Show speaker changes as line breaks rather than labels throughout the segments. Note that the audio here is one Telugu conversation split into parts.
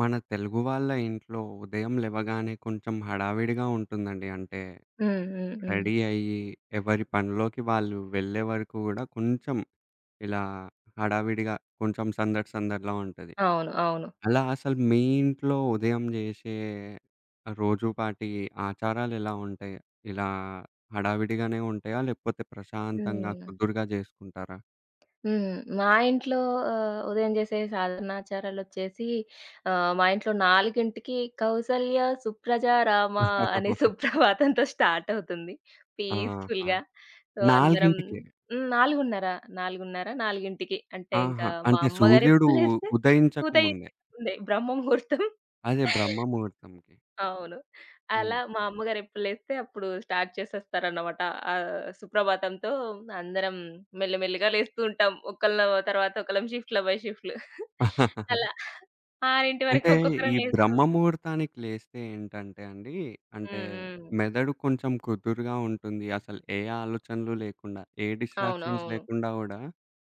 మన తెలుగు వాళ్ళ ఇంట్లో ఉదయం లెవగానే కొంచెం హడావిడిగా ఉంటుందండి. అంటే
హ్మ్. హ్మ్. హ్మ్.
రెడీ అయ్యి, ఎవరి పనిలోకి వాళ్ళు వెళ్ళే వరకు గూడా కొంచెం ఇలా హడావిడిగా కొంచెం సందడి సందడిలా ఉంటది.
అవును. అవును.
అలా అసలు మీ ఇంట్లో ఉదయం జేసే రోజుపాటి ఆచారాలెలా ఉంటాయి? ఇలా హడావిడిగానే ఉంటాయా? లేకపోతే ప్రశాంతంగా
హ్మ్.
కుదురుగా జేసుకుంటారా?
హ్మ్. మా ఇంట్లో ఉదయం చేసే సాధనాచారాలొచ్చేసి మా ఇంట్లో 4కి కౌసల్య సుప్రజ రామ అనే సుప్రభాతంతో స్టార్ట్ అవుతుంది.
ఆహా!
పీస్‌ఫుల్‌గా. సో, అందరం
4కే
హ్మ్. 4:30, 4కి అంటే ఇంకా
ఆహా!
మా
అంటే
అమ్మగారు
సూర్యుడు
ఎప్పుడు లేస్తే
ఉదయించక
పూత
ముందే.
అయ్యేది ముందే బ్రహ్మ ముహూర్తం.
అదే బ్రహ్మ ముహూర్తంకి.
అవును. అలా
హ్మ్.
మా అమ్మగారు ఎప్పుడు లేస్తే అప్పుడు స్టార్ట్ చేసేస్తారన్నమాట. సుప్రభాతంతో అందరం మెల్లిమెల్లిగా లేస్తూ ఉంటాం. ఒకళ్ళ తర్వాత ఒకళ్ళం షిఫ్ట్‌ల బై షిఫ్ట్‌లు. అలా 6:00 వరకు
అంటే ఈ
ఒక్కొక్కరం లేస్తూ
బ్రహ్మ
ఉంటాం.
ముహూర్తానికి లేస్తే ఏంటంటే అండి, అంటే
హ్మ్. హ్మ్.
మెదడు కొంచెం కుదురుగా ఉంటుంది. అసలు ఏ ఆలోచనలు లేకుండా, ఏ
అవును.
డిస్ట్రాక్షన్స్
అవును.
లేకుండా గూడా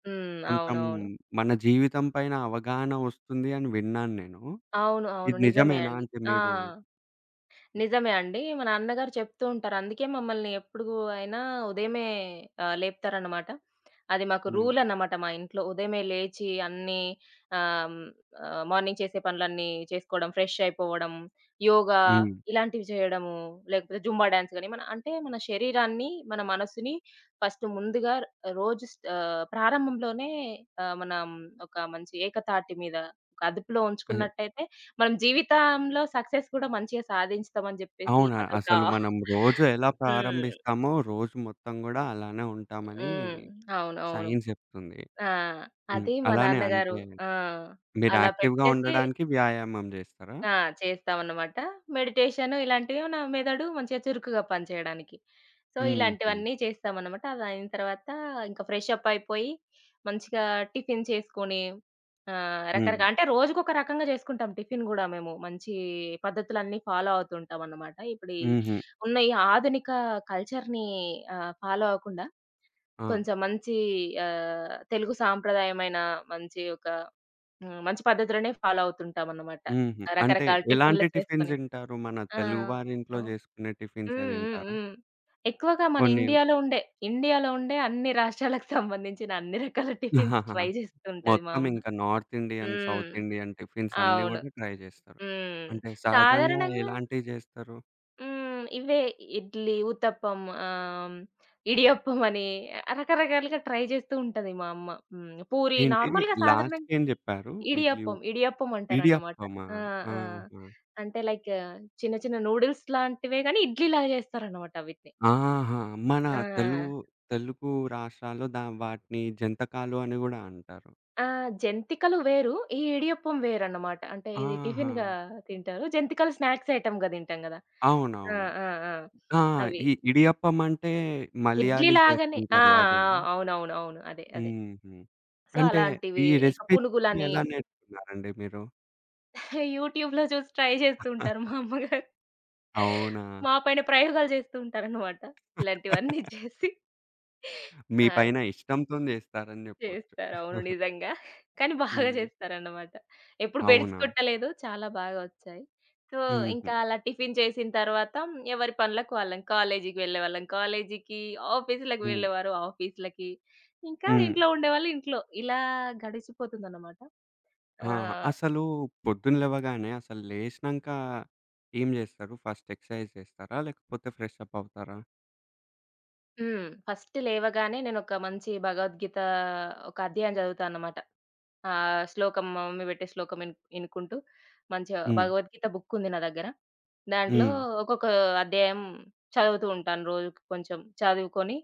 హ్మ్.
కొంచెం
అవునవును.
మన జీవితం పైన అవగాహన వస్తుంది అని విన్నాను నేను.
అవును. అవును. అవును
ఇది
నిజమే
నిజమేనా?
అండి.
అంటే
ఆ!
మీరు
నిజమే అండి. మా నాన్నగారు చెప్తూ ఉంటారు. అందుకే మమ్మల్ని ఎప్పుడు అయినా ఉదయమే లేపుతారనమాట. అది మాకు
హ్మ్.
రూల్ అన్నమాట మా ఇంట్లో. ఉదయమే లేచి అన్నీ ఆహ్, ఆహ్, మార్నింగ్ చేసే పనులన్నీ చేసుకోవడం, ఫ్రెష్ అయిపోవడం, యోగా
హ్మ్.
ఇలాంటివి చేయడము, లేకపోతే జుంబా డాన్స్ గాని మన అంటే మన శరీరాన్ని, మన మనసుని ఫస్ట్ ముందుగా ప్రారంభంలోనే మనం ఒక మంచి ఏకతాటి మీద ఒక అదుపులో
అదే.
ఉంచుకున్నట్టయితే మనం జీవితంలో సక్సెస్ కూడా మంచిగా సాధించుతాం అని జెప్పేసి
అవునా?
అదొక
అసలు మనం రోజు ఎలా
హ్మ్.
ప్రారంభిస్తామో రోజు మొత్తం గూడా అలానే ఉంటామని
హ్మ్. అవునవును.
సైన్స్ జెప్తుంది.
ఆ!
హ్మ్.
అది మా
అలానే
నాన్నగారు
అంటే
ఆ!
మీరు
అలా
యాక్టివ్‌గా
పెట్టేసి
ఉండడానికి వ్యాయామం జేస్తారా?
ఆ! చేస్తామన్నమాట. మెడిటేషన్ ఇలాంటివేమన్నా మెదడు మంచిగా చురుకుగా పనిచేయడానికి. సో,
హుహు.
ఇలాంటివన్నీ చేస్తామన్నమాట. అదయిన తర్వాత ఇంకా ఫ్రెషప్ అయిపోయి, మంచిగా టిఫిన్ చేసుకొని
హ్మ్.
రకరకా అంటే రోజుకొక రకంగా చేసుకుంటాం టిఫిన్ గూడా మేము. మంచి పద్ధతులన్నీ ఫాలో అవుతుంటామన్నమాట. ఇప్పుడు ఈ
హుహు.
ఉన్న ఈ ఆధునిక కల్చర్‌ని ఫాలో అవ్వకుండా
ఆ!
కొంచెం మంచి తెలుగు సాంప్రదాయమైన మంచి ఒక హ్మ్. మంచి పద్ధతులనే ఫాలో అవుతుంటామన్నమాట.
హుహు. అంటే
రకరకాల
ఎలాంటి
టిఫిన్‌లు
టిఫిన్స్
చేసుకొని.
తింటారు? మన
ఆ!
తెలుగువారింట్లో
హ్మ్.
జేసుకునే టిఫిన్సే
హ్మ్.
తింటారా?
హ్మ్. ఎక్కువగా మన
కొన్ని
ఇండియాలో ఉండే అన్ని రాష్ట్రాలకు సంబంధించిన అన్ని రకాల టిఫిన్స్ ట్రై చేస్తూ ఉంటది మా
మొత్తం
అమ్మ.
ఇంకా నార్త్ ఇండియన్,
హ్మ్.
సౌత్ ఇండియన్ టిఫిన్స్ అన్నీ
అవును.
గూడా ట్రై జేస్తారు.
హ్మ్.
అంటే సహజంగా
సాధారణంగా
ఎలాంటివి జేస్తారు?
హ్మ్. ఇవే ఇడ్లీ, ఉత్తప్పం ఆహ్, ఇడియప్పం అని రకరకాలుగా ట్రై చేస్తూ ఉంటది మా అమ్మ. హ్మ్. పూరి
ఏంటి
నార్మల్‌గా సాధారణంగా
లాస్ట్‌కేం జెప్పారు? ఇడ్లీ,
ఇడియప్పం. ఇడియప్పం అంటారన్నమాట.
ఇడియప్పమా?
ఆ! ఆ!
ఆహా!
అంటే లైక్ చిన్న చిన్న నూడిల్స్ లాంటివే గానీ ఇడ్లీలాగా చేస్తారన్నమాట వీటిని.
ఆహా! మన
ఆ!
తెలుగు తెలుగు రాష్ట్రాల్లో దా వాటిని జంతకాలు అని గూడా అంటారు.
ఆ! జంతికలు వేరు. ఈ ఇడియప్పం వేరన్నమాట. అంటే ఇది
ఆహా!
టిఫిన్‌గా తింటారు. జంతికలు స్నాక్స్ ఐటెమ్‌గా తింటాం గదా! ఆ!
అవునవును.
ఆ! ఆ!
ఆ!
అవి.
ఈ ఇడియప్పం అంటే
ఇడ్లీ
మలయాళీ
లాగానే ఆ!
చేసుకుంటారు
ఆ!
అదేనా?
అవునవును. అవును. అదే. అదే.
హుహు.
సో,
అంటే ఈ
అలాంటివి ఇంకా
రెసిపీ
పునుగులని
ఎలా నేర్చుకున్నారండి మీరు?
యూట్యూబ్‌లో చూసి ట్రై చేస్తూ ఉంటారు మా అమ్మగారు.
అవునా?
మా పైన ప్రయోగాలు చేస్తూ ఉంటారన్నమాట. ఇలాంటివన్నీ చేసి.
మీ
ఆ!
పైన ఇష్టంతోని చేస్తారని చెప్పొచ్చు.
చేస్తారు. అవును. నిజంగా. కానీ బాగా
హ్మ్.
చేస్తారన్నమాట. ఎప్పుడు బెడిసి
అవునా?
కొట్టలేదు. చాలా బాగా వచ్చాయి. సో,
హుహు.
ఇంకా అలా టిఫిన్ చేసిన తర్వాత ఎవరి పనులకు వాళ్ళం. కాలేజీకి వెళ్ళేవాళ్ళం కాలేజీకి, ఆఫీసులకి
హ్మ్.
వెళ్ళేవారు ఆఫీసులకి, ఇంకా
హ్మ్.
ఇంట్లో ఉండేవాళ్ళు ఇంట్లో. ఇలా గడిచిపోతుందన్నమాట.
ఆహా!
ఆహ్,
అసలు పొద్దున లెవగానే అసలు లేసినంక ఏం చేస్తారు? ఫస్ట్ ఎక్సర్సైజ్ చేస్తారా? లేకపోతే ఫ్రెష్ అప్ అవుతారా?
హ్మ్. ఫస్ట్ లేవగానే నేనొక మంచి భగవద్గీత ఒక అధ్యాయం చదువుతా అన్నమాట. ఆ! శ్లోకం మా మమ్మీ పెట్టే శ్లోకం ఇనుకుంటూ మంచిగా
హ్మ్.
భగవద్గీత బుక్ ఉంది నా దగ్గర. దాంట్లో
హ్మ్.
ఒక్కొక్క అధ్యాయం చదువుతూ ఉంటాను. రోజుకి కొంచెం చదువుకొని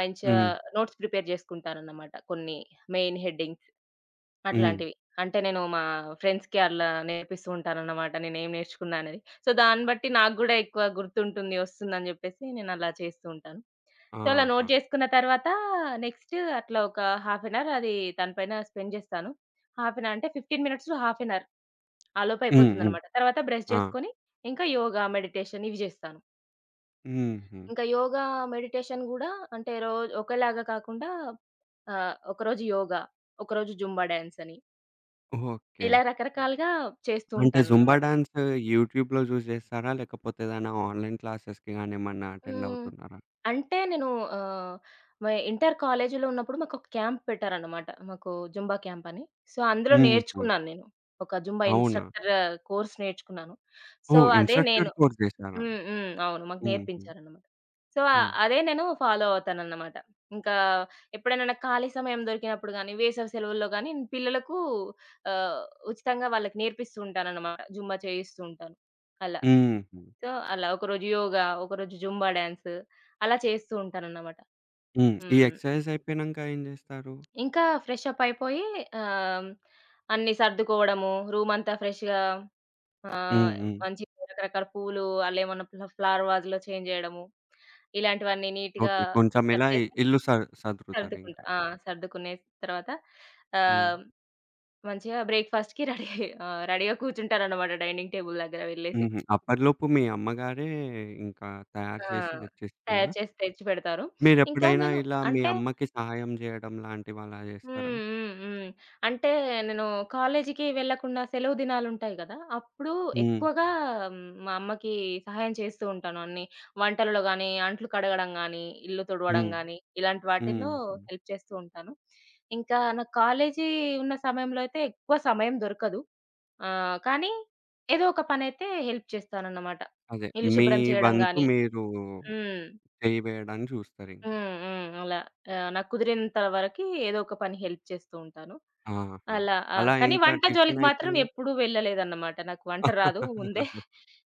మంచిగా
హ్మ్.
నోట్స్ ప్రిపేర్ చేసుకుంటానన్నమాట. కొన్ని మెయిన్ హెడ్డింగ్స్.
హ్మ్.
అట్లాంటివి. అంటే నేను మా ఫ్రెండ్స్‌కి అలా నేర్పిస్తూ ఉంటానన్నమాట. నేనేం నేర్చుకున్నా అనేది. సో, దాన్ని బట్టి నాకు గూడా ఎక్కువ గుర్తుంటుంది, ఒస్తుందని జెప్పేసి నేనలా చేస్తూ ఉంటాను. సో, అలా
ఆహా!
నోట్ జేసుకున్న తర్వాత నెక్స్ట్ అట్లా ఒక హాఫ్ ఎన్ అవర్ అది తన పైన స్పెండ్ జేస్తాను. హాఫ్ ఎన్ అవర్ అంటే 15 minutes to half an hour ఆ లోపు
హ్మ్. హ్మ్.
అయిపోతుందన్నమాట. తర్వాత బ్రష్
ఆ!
చేసుకొని ఇంకా యోగా, మెడిటేషన్ ఇవి జేస్తాను.
హుహు.
ఇంకా యోగా, మెడిటేషన్ గూడా అంటే ఒకేలాగా కాకుండా ఒకరోజు యోగా, ఒకరోజు జుంబా డాన్స్ అని.
ఓకే.
ఇలా
అ
రకరకాలుగా చేస్తూ
అంటే జుంబా
ఉంటానన్నమాట.
డాన్స్ యూట్యూబ్‌లో చూసి చేస్తారా? లేకపోతే ఏదైనా ఆన్‌లైన్ క్లాసెస్‌కి గాని ఏమన్నా అటెండ్
హ్మ్.
అవుతున్నారా?
అంటే నేను ఆహ్, మా ఇంటర్ కాలేజీలో ఉన్నప్పుడు మాకొక క్యాంప్ పెట్టారన్నమాట. మాకు జుంబా క్యాంప్ అని. సో, అందులో
హుహు.
నేర్చుకున్నాను నేను. ఒక జుంబా
అవునా?
ఇన్‌స్ట్రక్టర్ కోర్స్ నేర్చుకున్నాను. సో,
ఓహ్!
అదే
ఇన్‌స్ట్రక్టర్
నేను
కోర్స్ చేశారా?
హ్మ్. హ్మ్. అవును. మాకు
హుహు.
నేర్పించారన్నమాట. సో,
హ్మ్.
అదే నేను ఫాలో అవుతానన్నమాట. ఇంకా ఎప్పుడైనా నాకు ఖాళీ సమయం దొరికినప్పుడు గానీ, వేసవి సెలవుల్లో గానీ, నేను పిల్లలకు ఆహ్, ఉచితంగా వాళ్ళకి నేర్పిస్తూ ఉంటానన్నమాట. జుంబా చేయిస్తూ ఉంటాను. అలా.
హుహు.
సో, అలా ఒకరోజు యోగా, ఒకరోజు జుంబా డాన్స్ అలా చేస్తూ ఉంటానన్నమాట.
హ్మ్. ఈ
హ్మ్.
ఎక్సర్సైజ్ అయిపోయినంక ఏం చేస్తారు?
ఇంకా ఫ్రెషప్ అయిపోయి ఆహ్, అన్నీ సర్దుకోవడము, రూమంతా ఫ్రెష్‌గా
హ్మ్.
ఆహ్,
హ్మ్.
మంచిగా రకరకాల పూలు అల్లేమన్నా ఫ్లవర్ వాజ్‌లో చేంజ్ చేయడము, ఇలాంటివన్నీ నీట్‌గా
ఓకే. కొంచెం ఇలా
సర్దేసి
ఇల్లు
సర్దుకుంటా.
సదురుతారింకా.
ఆ! సర్దుకునే తర్వాత
హ్మ్.
ఆహ్, మంచిగా బ్రేక్‌ఫాస్ట్‌కి రెడీ రెడీగా కూర్చుంటానన్నమాట డైనింగ్ టేబుల్ దగ్గర వెళ్ళేసి.
హుహు. అప్పటిలోపు మీ అమ్మగారే ఇంకా తయారు
ఆ!
చేసి తెచ్చిస్తుందా?
తయారు చేసి తెచ్చిపెడతారు. ఇంకా
మీరెప్పుడైనా
నేను
ఇలా మీ
అంటే
అమ్మకి సహాయం చేయడం లాంటివి అలా
హ్మ్.
చేస్తారా?
హ్మ్. హ్మ్. అంటే నేను కాలేజీకి వెళ్ళకుండా సెలవు దినాలుంటాయి గదా! అప్పుడు
హ్మ్.
ఎక్కువగా హ్మ్, మా అమ్మకి సహాయం చేస్తూ ఉంటాను. అన్ని వంటలలో గానీ, అంట్లు కడగడం గానీ, ఇల్లు తుడవడం
హ్మ్.
గానీ, ఇలాంటి
హ్మ్.
వాటిల్లో హెల్ప్ చేస్తూ ఉంటాను. ఇంకా నాకు కాలేజీ ఉన్న సమయంలో అయితే ఎక్కువ సమయం దొరకదు. కానీ ఏదో ఒక పనైతే హెల్ప్ చేస్తానన్నమాట.
అదే.
ఇల్లు
మీ
శుభ్రం చేయడం
వంతు
గానీ
మీరు
హ్మ్.
చేయివేయడానికి చూస్తారింక.
హ్మ్. హ్మ్. అలా నాకు కుదిరినంత వరకి ఏదో ఒక పని హెల్ప్ చేస్తూ ఉంటాను.
ఆహా!
అలా ఆ!
అలా
కానీ
ఇంకా
వంట జోలికి
టిఫిన్
మాత్రం
అయిపోయినంక
ఎప్పుడూ వెళ్ళలేదన్నమాట. నాకు వంట రాదు ముందే.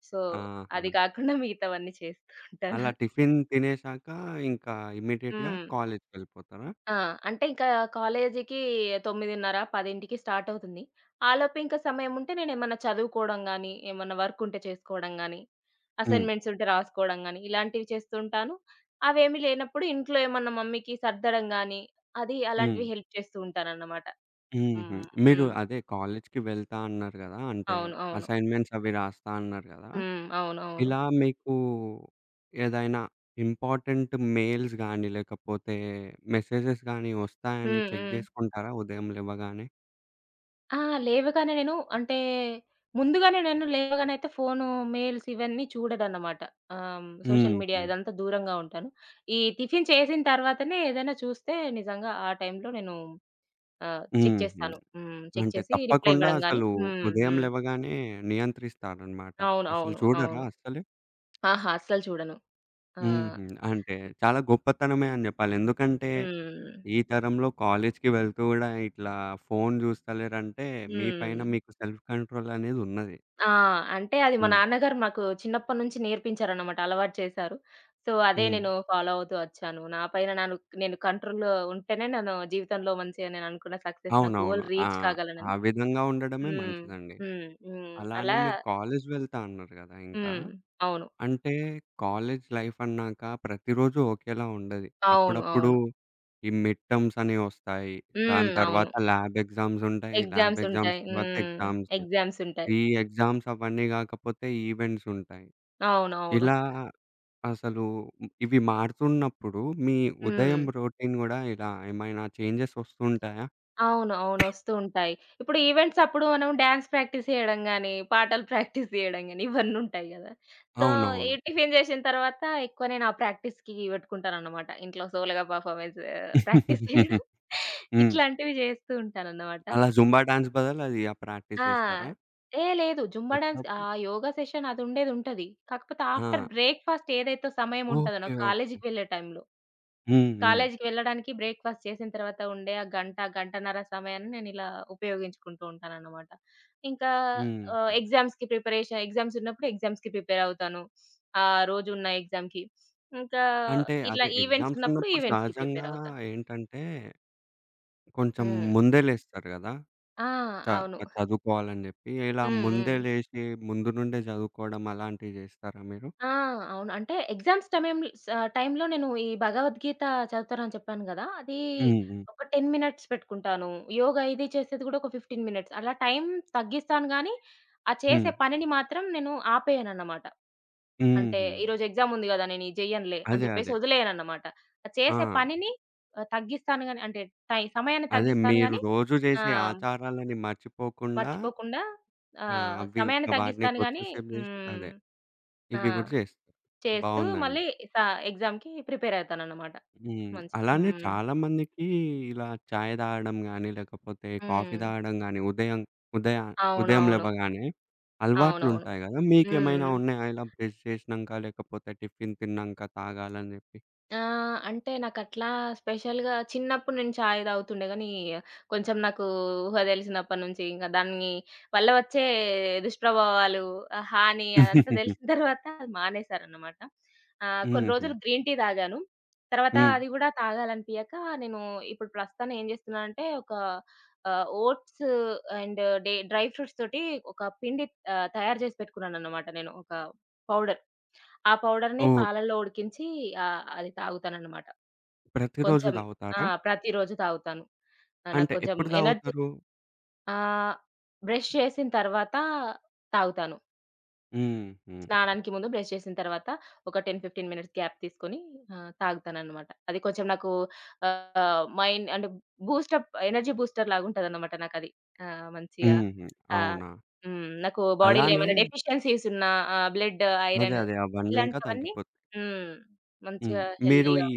సో,
ఆహా!
అది కాకుండా మిగతావన్నీ చేస్తూ ఉంటాను.
అలా టిఫిన్ తినేశాక ఇంకా ఇమ్మీడియేట్‌గా
హ్మ్.
కాలేజ్‌కెళ్ళిపోతారా?
ఆ! అంటే ఇంకా కాలేజీకి 9:30, 10కి స్టార్ట్ అవుతుంది. ఆలోపు ఇంకా సమయం ఉంటే నేనేమన్నా చదువుకోవడం గాని, ఏమన్నా వర్క్ ఉంటే చేసుకోవడం గాని,
హ్మ్.
అసైన్‌మెంట్స్ ఉంటే రాసుకోవడం గాని, ఇలాంటివి చేస్తుంటాను. అవేమీ లేనప్పుడు ఇంట్లో ఏమన్నా మమ్మీకి సర్దడం గాని, అది
హ్మ్.
అలాంటివి హెల్ప్ చేస్తూ ఉంటానన్నమాట.
హుహు.
హ్మ్.
మీరు
హ్మ్.
అదే కాలేజ్‌కి వెళ్తా అన్నారు గదా! అంటే
అవును. అవును.
అసైన్‌మెంట్స్ అవి రాస్తా అన్నారు గదా!
హ్మ్. అవునవును.
ఇలా మీకు ఏదైనా ఇంపార్టెంట్ మెయిల్స్ గానీ, లేకపోతే మెసేజెస్ గానీ వస్తాయని
హ్మ్.
చెక్
హ్మ్.
జేసుకుంటారా ఉదయం లెవ్వగానే?
ఆ! లేవగానే నేను అంటే, ముందుగానే నేను లేవగానైతే ఫోను, మెయిల్స్ ఇవన్నీ చూడనన్నమాట. హ్మ్, సోషల్ మీడియా
హుహు.
ఇదంతా దూరంగా ఉంటాను. ఈ టిఫిన్ చేసిన తర్వాతనే ఏదైనా చూస్తే నిజంగా ఆ టైంలో నేను చెక్
హుహు.
చేస్తాను. హ్మ్. చెక్
అంటే
చేసి రిప్లై
తప్పకుండా
ఇవ్వడం గాని
అసలు
హ్మ్.
ఉదయం
హ్మ్.
లెవ్వగానే నియంత్రిస్తారనమాట.
అవును.
అసలు
అవును.
చూడరా
అవును.
అస్సలు?
ఆహా! అస్సలు చూడను. ఆ!
హుహు. అంటే చాలా గొప్పతనమే అని జెప్పాలి. ఎందుకంటే
హ్మ్.
ఈ తరంలో కాలేజ్‌కి వెళ్తూ గూడా ఇట్లా ఫోను జూస్తలేరంటే మీ పైన
హ్మ్.
మీకు సెల్ఫ్ కంట్రోల్ అనేది ఉన్నది.
ఆ! అంటే అది మా
హ్మ్.
నాన్నగారు నాకు చిన్నప్పటి నుంచి నేర్పించారన్నమాట. అలవాటు చేశారు. సో, అదే
హ్మ్.
నేను ఫాలో అవుతూ వచ్చాను. నా పైన నేను కంట్రోల్‌లో ఉంటేనే నేను జీవితంలో మంచిగా నేను అనుకున్న సక్సెస్ నా
అవునవును.
గోల్
ఆ!
రీచ్
ఆ
కాగలనని.
విధంగా ఉండడమే
హ్మ్.
మంచిదండి.
హ్మ్. హ్మ్.
అలానే
అలా
మీరు కాలేజ్ వెళ్తా అన్నారు గదా! ఇంకా.
హ్మ్. అవును.
అంటే కాలేజ్ లైఫ్ అన్నాక ప్రతిరోజు ఒకేలా ఉండది.
అవును.
అప్పుడప్పుడు
అవును.
ఈ మిడ్ టర్మ్స్ అనేవి ఒస్తాయి. దాని
హ్మ్. అవును.
తర్వాత ల్యాబ్ ఎగ్జామ్స్ ఉంటాయి. ల్యాబ్
ఎగ్జామ్స్
ఎగ్జామ్స్
ఉంటాయి.
తర్వాత
హ్మ్.
ఎగ్జామ్స్.
ఎగ్జామ్స్ ఉంటాయి.
ఈ ఎగ్జామ్స్ అవన్నీ గాకపోతే ఈవెంట్స్ ఉంటాయి.
అవునవును.
ఇలా అసలు ఇవి మారుతున్నప్పుడు మీ
హ్మ్.
ఉదయం రొటీన్ గూడా ఇలా ఏమైనా చేంజెస్ ఒస్తుంటాయా?
అవును. అవును. వస్తూ ఉంటాయి. ఇప్పుడు ఈవెంట్స్ అప్పుడు మనం డాన్స్ ప్రాక్టీస్ చేయడం గాని, పాటలు ప్రాక్టీస్ చేయడం గాని ఇవన్నుంటాయి గదా! సో, ఈ
అవునవును.
టిఫిన్ జేసిన తర్వాత ఎక్కువ నేను ఆ ప్రాక్టీస్‌కి పెట్టుకుంటానన్నమాట. ఇంట్లో సోలోగా పర్ఫార్మెన్స్ ప్రాక్టీస్ చేయడం
హ్మ్.
ఇట్లాంటివి జేస్తూ ఉంటానన్నమాట.
అలా జుంబా డాన్స్ బదులు అది ఆ ప్రాక్టీస్ చేస్తారా?
ఆ! ఏ లేదు. జుంబా డాన్స్ ఆ
అప్పుడప్పుడు
యోగా సెషన్ అది ఉండేదుంటది. కాకపోతే ఆఫ్టర్
ఆ!
బ్రేక్‌ఫాస్ట్ ఏదైతే సమయం ఉంటదో
ఓకే.
నాకు
ఓకే.
కాలేజీకి వెళ్ళే టైంలో
హ్మ్. హ్మ్.
కాలేజికి వెళ్ళడానికి బ్రేక్‌ఫాస్ట్ చేసిన తర్వాత ఉండే ఆ గంట, గంటన్నర సమయాన్ని నేనిలా ఉపయోగించుకుంటూ ఉంటాననమాట. ఇంకా
హ్మ్. హ్మ్.
ఎగ్జామ్స్ ఉన్నప్పుడు ఎగ్జామ్స్‌కి ప్రిపేర్ అవుతాను. ఆ రోజున్న ఎగ్జామ్‌కి. ఇంకా
అంటే
ఇట్లా
అదే
ఈవెంట్స్
ఎగ్జామ్స్
ఉన్నప్పుడు
ఉన్నప్పుడు
ఈవెంట్స్‌కి ప్రిపేర్
సహజంగా
అవుతాను.
ఏంటంటే కొంచెం
హ్మ్.
ముందే లేస్తారు గదా!
ఆ!
చ
అవును.
చదువుకోవాలని జెప్పి. ఇలా
హ్మ్.
ముందే
హ్మ్.
లేసి ముందు నుండే చదువుకోవడం అలాంటివి చేస్తారా మీరు?
ఆ! అవును. అంటే ఎగ్జామ్స్ టమేమ్ స టైమ్‌లో నేను ఈ భగవద్గీత చదువుతానని చెప్పాను గదా! అది
హ్మ్. హ్మ్.
ఒక 10 మినిట్స్ పెట్టుకుంటాను. యోగా ఇది చేసేది గూడా ఒక 15 మినిట్స్. అలా టైం తగ్గిస్తాను గానీ, ఆ
హ్మ్.
చేసే పనిని మాత్రం నేను ఆపేయనన్నమాట. అంటే
హుహు.
ఈరోజు ఎగ్జామ్ ఉంది గదా! నేను ఇది జెయ్యనులే అని
అదే.
జెప్పేసి
అదే.
వదిలేయనన్నమాట. ఆ
ఆ!
చేసే పనిని తగ్గిస్తాను గానీ అంటే సమయాన్ని
అదే
తగ్గిస్తాను
మీరు
గానీ
రోజు
ఆ!
చేసే ఆచారాలని మర్చిపోకుండా
మర్చిపోకుండా
ఆహ్, అవి
సమయాన్ని
వాటిని
తగ్గిస్తాను గానీ
కొద్దిసేపు చేసి
హ్మ్.
అదే.
ఆ!
ఇవి గూడా చేస్తారు.
చేస్తూ
బావుందండి.
మళ్ళీ స ఎగ్జామ్‌కి ప్రిపేర్ అయితానన్నమాట.
హ్మ్.
మంచిగా.
అలానే
హ్మ్.
చాలా మందికి ఇలా చాయ్ తాగడం గాని, లేకపోతే కాఫీ
హ్మ్.
తాగడం గాని, ఉదయ ఉదయం
అవునవును.
లెవ్వగానే
అవునవును.
అలవాట్లుంటాయి గదా!
హ్మ్.
మీకేమైనా
హ్మ్.
ఉన్నాయా ఇలా బ్రష్ చేసినంక, లేకపోతే టిఫిన్ తిన్నాంక తాగాలని జెప్పి?
ఆ! అంటే నాకట్లా స్పెషల్‌గా చిన్నప్పుడు నేను చాయ్ తాగుతుండే గానీ, కొంచెం నాకు ఊహ తెలిసినప్పటి నుంచి ఇంక దాన్ని వల్ల వచ్చే దుష్ప్రభావాలు, ఆ హాని అదంతా తెలిసిన తర్వాత అది మానేశానన్నమాట. కొన్ని
హుహు.
రోజులు గ్రీన్ టీ తాగాను. తర్వాత
హ్మ్.
అది కూడా తాగాలనిపియక నేను ఇప్పుడు ప్రస్తుతం ఏం చేస్తున్నానంటే ఒక ఓట్స్ అండ్ డ్రై ఫ్రూట్స్ తోటి ఒక పిండి తయారు చేసి పెట్టుకున్నానన్నమాట నేను ఒక పౌడర్. ఆ పౌడర్‌ని
ఓహ్!
పాలల్లో ఉడికించి అది తాగుతాననమాట.
ప్రతిరోజు
కొంచెం ఆ!
తాగుతారా?
ప్రతిరోజు తాగుతాను. నాకు
అంటే
కొంచెం
ఎప్పుడు
ఎనర్జీ
తాగుతారు?
ఆహ్, బ్రష్ చేసిన తర్వాత తాగుతాను.
హుహు.
స్నానానికి ముందు బ్రష్ చేసిన తర్వాత ఒక 10, 15 మినిట్స్ గ్యాప్ తీసుకొని తాగుతాననమాట. అది కొంచెం నాకు మైండ్ అంటే ఎనర్జీ బూస్టర్ లాగుంటదనమాట నాకది. మంచిగా
హుహు.
ఆహ్,
అవునా!
హ్మ్. నాకు బాడీలో
అలానే
ఏమైనా డెఫిషియన్సీస్ ఉన్నా బ్లడ్,
అదే.
ఐరన్
అదే. అవన్నీ ఇంకా
ఇలాంటివన్నీ
తగ్గిపోతాయి.
హ్మ్.
హ్మ్.
మంచిగా
మీరు
హెల్తీగా
ఈ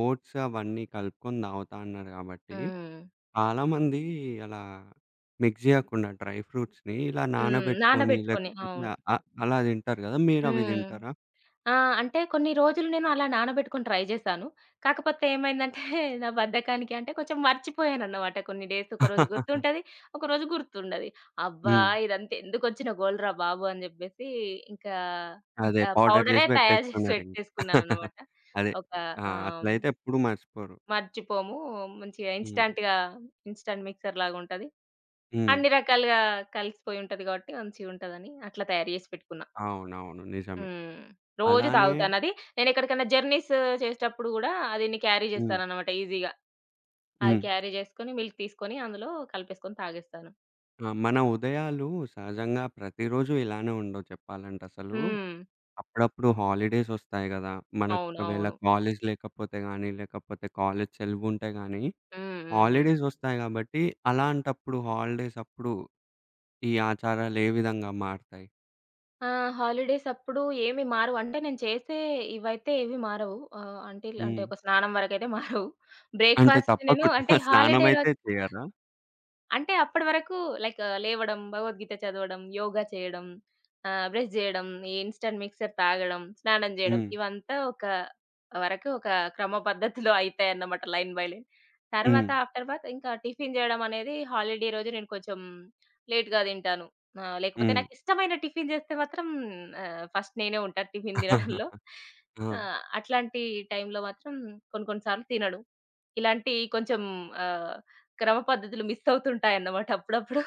ఓట్స్ అవన్నీ కలుపుకొని తాగుతా అన్నారు గాబట్టి,
హ్మ్.
చాలామంది అలా మిక్స్ జేయకుండా డ్రై ఫ్రూట్స్‌ని ఇలా
హ్మ్.
నానబెట్టుకొని
నానబెట్టుకొని.
లేకపోతే
అవును.
అ అలా తింటారు గదా! మీరవి
హ్మ్.
తింటారా?
ఆ! అంటే కొన్ని రోజులు నేను అలా నానబెట్టుకొని ట్రై జేశాను. కాకపోతే ఏమైందంటే నా బద్ధకానికి అంటే కొంచెం మర్చిపోయానన్నమాట. కొన్ని డేస్ ఒకరోజు గుర్తుంటది. ఒకరోజు గుర్తుండది. అబ్బా!
హ్మ్.
ఇదంతా ఎందుకొచ్చిన గోలరా బాబు అని జెప్పేసి ఇంకా
అదే పౌడర్
పౌడరే
జేసి
తయారు జేసి
పెట్టేసుకున్నారింక.
పెట్టేసుకున్నానన్నమాట.
అదే.
ఒక
ఆ!
ఆహ్,
అట్లయితే ఎప్పుడు మర్చిపోరు.
మర్చిపోము మంచిగా
హ్మ్.
ఇన్‌స్టాంట్‌గా ఇన్‌స్టాంట్ మిక్సర్ లాగుంటది.
హ్మ్.
అన్ని రకాలుగా కలిసిపోయి ఉంటది గాబట్టి మంచిగుంటదని అట్లా తయారు జేసి పెట్టుకున్నాను.
అవునవును. నిజమే.
హ్మ్. రోజు
అలానే
తాగుతానది. నేనెక్కడికన్నా జర్నీస్ చేసేటప్పుడు గూడా అది క్యారీ
హ్మ్.
చేస్తాననమాట ఈజీగా. అది
హ్మ్.
క్యారీ చేసుకొని, మిల్క్ తీసుకొని అందులో కలిపేసుకొని తాగేస్తాను.
ఆ! మన ఉదయాలు సహజంగా ప్రతిరోజు ఇలానే ఉండవు చెప్పాలంటే అసలు.
హ్మ్.
అప్పుడప్పుడు హాలిడేసొస్తాయి గదా! మనకొకవేళ
అవునవును.
కాలేజ్ లేకపోతే గానీ, లేకపోతే కాలేజ్ సెలవుంటే గానీ,
హ్మ్. హ్మ్. హ్మ్.
హాలిడేసొస్తాయి గాబట్టి, అలాంటప్పుడు హాలిడేస్ అప్పుడు ఈ ఆచారాలు ఏ విధంగా మారతాయి?
ఆ! హాలిడేస్ అప్పుడు ఏమి మారవు. అంటే నేను చేసే ఇవైతే ఏవి మారవు. అంటిల్ అంటే
హ్మ్.
ఒక స్నానం వరకైతే మారవు.
అంటే
బ్రేక్‌ఫాస్ట్ నేను
తప్పకుండా
అంటే హాలిడే
స్నానమయితే
రోజు
చెయ్యరా?
అంటే అప్పటి వరకు లైక్ లేవడం, భగవద్గీత చదవడం, యోగా చేయడం, బ్రష్ జేయడం, ఈ ఇన్‌స్టంట్ మిక్సర్ తాగడం, స్నానం జేయడం
హ్మ్.
ఇవంతా ఒక వరకు ఒక క్రమ పద్ధతిలో అయితాయన్నమాట లైన్ బై లైన్.
హ్మ్.
తర్వాత ఆఫ్టర్ బాత్ ఇంకా టిఫిన్ జేయడం అనేది హాలిడే రోజు నేను కొంచెం లేట్‌గా తింటాను. లేకపోతే
హ్మ్.
నాకిష్టమైన టిఫిన్ జేస్తే మాత్రం ఫస్ట్ నేనే ఉంటా టిఫిన్ తినడంలో.
ఆ!
అట్లాంటి టైంలో మాత్రం కొన్ని కొన్ని సార్లు తినను. ఇలాంటి కొంచెం ఆహ్, క్రమ పద్ధతులు మిస్ అవుతుంటాయన్నమాట అప్పుడప్పుడు.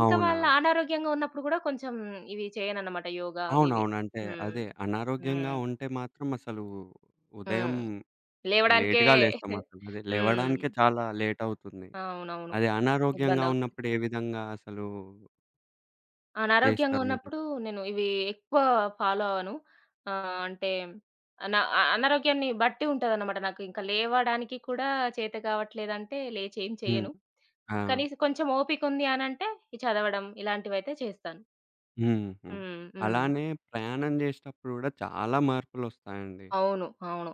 ఇంకా
అవునా?
వాళ్ళు అనారోగ్యంగా ఉన్నప్పుడు గూడా కొంచెం ఇవి చేయనన్నమాట యోగా అవి ఇవి.
అవునవును. అంటే
హ్మ్.
అదే అనారోగ్యంగా
హ్మ్.
ఉంటే మాత్రం అసలు ఉదయం
హ్మ్. లేవడానికే
లేట్‌గా లేస్తామసలు. అదే
హ్మ్.
లేవడానికే చాలా లేటవుతుంది.
అవునవును.
అదే అనారోగ్యంగా
ఇబ్బందవుతుంది.
ఉన్నప్పుడు ఏ విధంగా అసలు
అనారోగ్యంగా
చేస్తారు మీరు?
ఉన్నప్పుడు నేను ఇవి ఎక్కువ ఫాలో అవ్వను. అంటే అనారోగ్యాన్ని బట్టి ఉంటదన్నమాట నాకు. ఇంకా లేవడానికి కూడా చేత కావట్లేదంటే లేచి ఏం
హ్మ్.
చేయను.
ఆ!
కనీసం కొంచెం ఓపికుంది అనంటే ఈ చదవడం ఇలాంటివైతే చేస్తాను.
హుహు.
హ్మ్. హ్మ్.
అలానే ప్రయాణం జేసేటప్పుడు గూడా చాలా మార్పులొస్తాయండి.
అవును. అవును.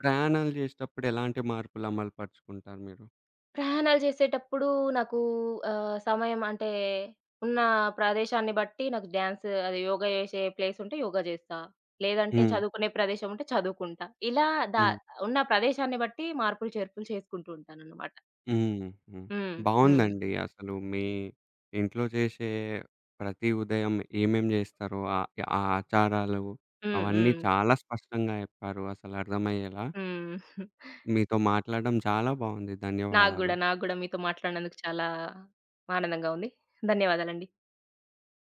ప్రయాణాలు జేసేటప్పుడు ఎలాంటి మార్పులు అమలు పరుచుకుంటారు మీరు?
ప్రయాణాలు చేసేటప్పుడు నాకు సమయం అంటే ఉన్న ప్రదేశాన్ని బట్టి నాకు డాన్స్ అది యోగా చేసే ప్లేస్ ఉంటే యోగా చేస్తా. లేదంటే
హ్మ్.
చదువుకునే ప్రదేశం ఉంటే చదువుకుంటా. ఇలా దా
హ్మ్.
ఉన్న ప్రదేశాన్ని బట్టి మార్పులు, చేర్పులు చేసుకుంటూ ఉంటానన్నమాట.
హుహు.
హ్మ్. హ్మ్.
బావుందండి. అసలు మీ ఇంట్లో చేసే ప్రతి ఉదయం ఏమేం జేస్తారో ఆహ్, ఆ ఆచారాలు
హ్మ్.
అవన్నీ
హ్మ్.
చాలా స్పష్టంగా చెప్పారు అసలు అర్థమయ్యేలా.
హ్మ్.
మీతో మాట్లాడడం చాలా బావుంది.
నాకు
ధన్యవాదాలు.
గూడా, నాకు గూడా మీతో మాట్లాడినందుకు చాలా ఆనందంగా ఉంది. ధన్యవాదాలండి.